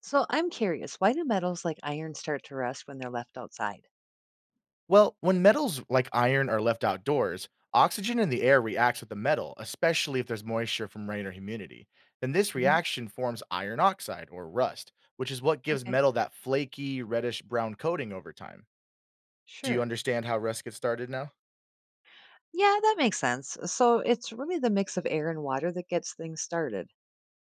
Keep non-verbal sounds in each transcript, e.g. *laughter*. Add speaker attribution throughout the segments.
Speaker 1: So I'm curious, why do metals like iron start to rust when they're left outside?
Speaker 2: Well, when metals like iron are left outdoors, oxygen in the air reacts with the metal, especially if there's moisture from rain or humidity. Then this
Speaker 1: Hmm.
Speaker 2: reaction forms iron oxide or rust, which is what gives
Speaker 1: Okay.
Speaker 2: metal that flaky, reddish brown coating over time. Do you
Speaker 1: Sure.
Speaker 2: understand how rust gets started now?
Speaker 1: Yeah, that makes sense. So it's really the mix of air and water that gets things started.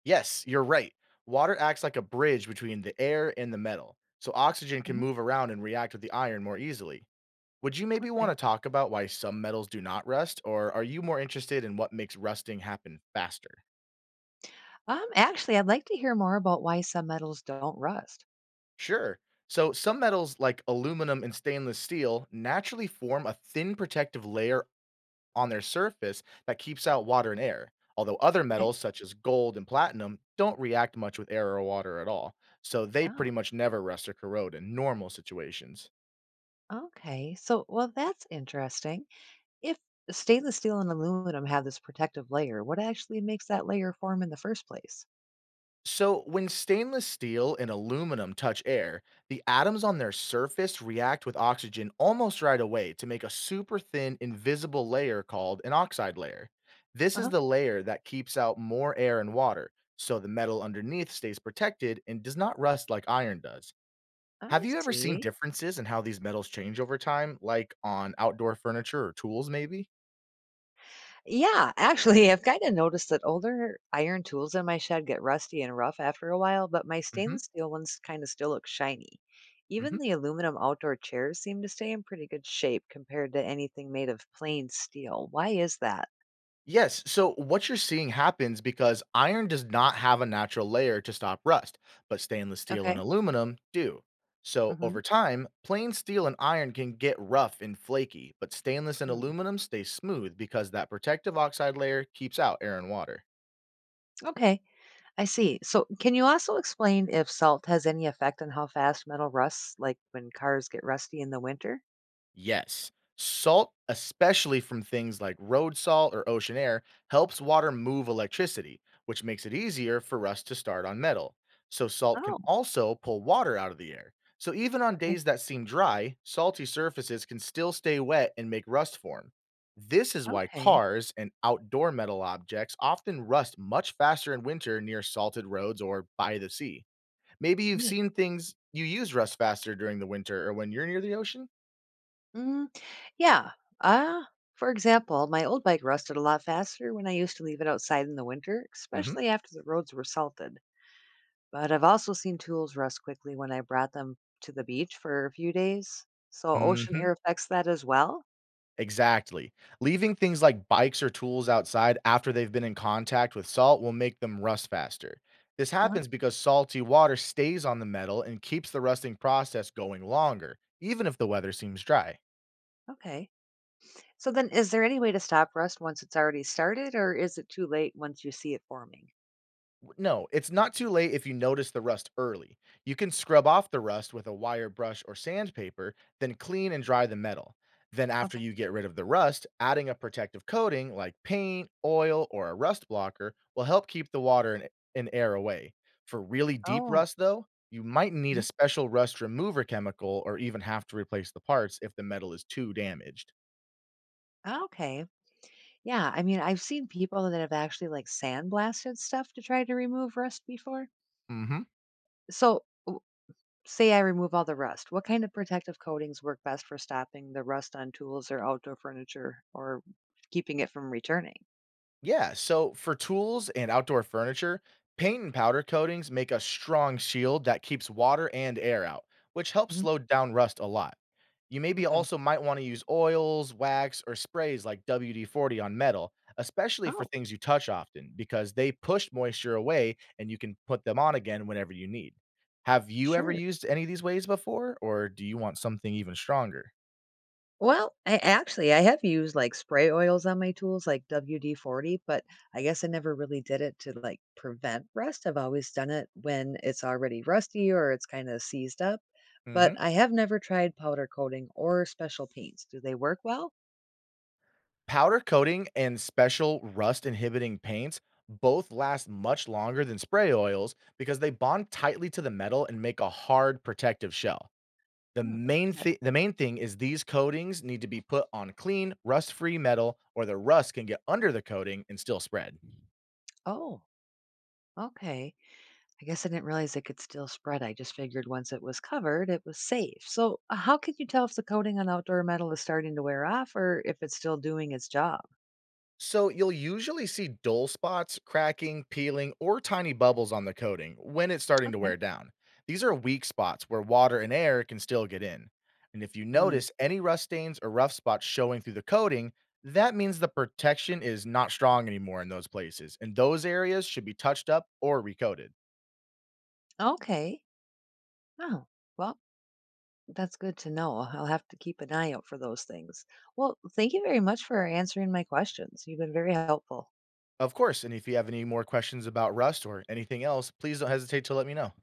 Speaker 2: Yes, you're right. Water acts like a bridge between the air and the metal, so oxygen can
Speaker 1: Hmm.
Speaker 2: move around and react with the iron more easily. Would you maybe want
Speaker 1: Okay.
Speaker 2: to talk about why some metals do not rust, or are you more interested in what makes rusting happen faster?
Speaker 1: Actually, I'd like to hear more about why some metals don't rust.
Speaker 2: Sure. So some metals like aluminum and stainless steel naturally form a thin protective layer on their surface that keeps out water and air, although other
Speaker 1: Okay.
Speaker 2: metals such as gold and platinum don't react much with air or water at all. So they
Speaker 1: Oh,
Speaker 2: pretty much never rust or corrode in normal situations.
Speaker 1: okay. Well, that's interesting. If stainless steel and aluminum have this protective layer, what actually makes that layer form in the first place?
Speaker 2: So, when stainless steel and aluminum touch air, the atoms on their surface react with oxygen almost right away to make a super thin, invisible layer called an oxide layer. This
Speaker 1: Uh
Speaker 2: is
Speaker 1: huh.
Speaker 2: the layer that keeps out more air and water, so the metal underneath stays protected and does not rust like iron does. Have
Speaker 1: I
Speaker 2: you ever seen
Speaker 1: see.
Speaker 2: differences in how these metals change over time, like on outdoor furniture or tools, maybe?
Speaker 1: Yeah, actually, *laughs* I've kind of noticed that older iron tools in my shed get rusty and rough after a while, but my
Speaker 2: Hmm.
Speaker 1: stainless steel ones kind of still look shiny. Even
Speaker 2: Hmm.
Speaker 1: the aluminum outdoor chairs seem to stay in pretty good shape compared to anything made of plain steel. Why is that?
Speaker 2: Yes. So what you're seeing happens because iron does not have a natural layer to stop rust, but stainless steel and
Speaker 1: Okay.
Speaker 2: aluminum do. So
Speaker 1: Hmm.
Speaker 2: over time, plain steel and iron can get rough and flaky, but stainless and aluminum stay smooth because that protective oxide layer keeps out air and water.
Speaker 1: Okay, I see. So, can you also explain if salt has any effect on how fast metal rusts, like when cars get rusty in the winter?
Speaker 2: Yes. Salt, especially from things like road salt or ocean air, helps water move electricity, which makes it easier for rust to start on metal. So, salt can
Speaker 1: Oh,
Speaker 2: also pull water out of the air. So, even on
Speaker 1: okay.
Speaker 2: days that seem dry, salty surfaces can still stay wet and make rust form. This is why
Speaker 1: Okay.
Speaker 2: cars and outdoor metal objects often rust much faster in winter near salted roads or by the sea. Maybe you've
Speaker 1: Neat.
Speaker 2: seen things you use rust faster during the winter or when you're near the ocean?
Speaker 1: Mm, yeah. Uh, for example, my old bike rusted a lot faster when I used to leave it outside in the winter,
Speaker 2: Hmm.
Speaker 1: especially after the roads were salted. But I've also seen tools rust quickly when I brought them to the beach for a few days. So ocean
Speaker 2: Mhm.
Speaker 1: air affects that as well.
Speaker 2: Exactly. Leaving things like bikes or tools outside after they've been in contact with salt will make them rust faster. This
Speaker 1: Uh-huh.
Speaker 2: happens because salty water stays on the metal and keeps the rusting process going longer, even if the weather seems dry.
Speaker 1: Okay. So then, is there any way to stop rust once it's already started, or is it too late once you see it forming?
Speaker 2: W no, it's not too late if you notice the rust early. You can scrub off the rust with a wire brush or sandpaper, then clean and dry the metal. Then, after
Speaker 1: Okay.
Speaker 2: you get rid of the rust, adding a protective coating like paint, oil, or a rust blocker will help keep the water and air away. For really deep
Speaker 1: Oh.
Speaker 2: rust, though, you might need
Speaker 1: Mhm.
Speaker 2: a special rust remover chemical or even have to replace the parts if the metal is too damaged.
Speaker 1: Ah, okay. Yeah. I mean, I've seen people that have actually like sandblasted stuff to try to remove rust before.
Speaker 2: Mhm.
Speaker 1: So, say I remove all the rust. What kind of protective coatings work best for stopping the rust on tools or outdoor furniture or keeping it from returning?
Speaker 2: Yeah, so for tools and outdoor furniture, paint and powder coatings make a strong shield that keeps water and air out, which helps
Speaker 1: Mhm.
Speaker 2: slow down rust a lot. You maybe
Speaker 1: Okay.
Speaker 2: also might want to use oils, wax, or sprays like WD 40 on metal, especially for
Speaker 1: Oh,
Speaker 2: things you touch often, because they push moisture away and you can put them on again whenever you need. Have you ever
Speaker 1: sure.
Speaker 2: used any of these ways before, or do you want something even stronger?
Speaker 1: Well, I actually I have used like spray oils on my tools like WD-40, but I guess I never really did it to like prevent rust. I've always done it when it's already rusty or it's kind of seized up. But I have never tried powder coating or special paints. Do they work well?
Speaker 2: Powder coating and special rust inhibiting paints both last much longer than spray oils because they bond tightly to the metal and make a hard protective shell. The
Speaker 1: Hmm.
Speaker 2: main
Speaker 1: Okay.
Speaker 2: thing the main thing is these coatings need to be put on clean, rust-free metal or the rust can get under the coating and still spread.
Speaker 1: Oh, okay. I guess I didn't realize it could still spread. I just figured once it was covered, it was safe. So, how can you tell if the coating on outdoor metal is starting to wear off or if it's still doing its job?
Speaker 2: So you'll usually see dull spots, cracking, peeling, or tiny bubbles on the coating when it's starting to
Speaker 1: Okay.
Speaker 2: wear down. These are weak spots where water and air can still get in. And if you
Speaker 1: Mm.
Speaker 2: notice any rust stains or rough spots showing through the coating, that means the protection is not strong anymore in those places, and those areas should be touched up or recoated.
Speaker 1: Okay. Oh, well, that's good to know. I'll have to keep an eye out for those things. Well, thank you very much for answering my questions. You've been very helpful.
Speaker 2: Of course, and if you have any more questions about rust or anything else, please don't hesitate to let me know.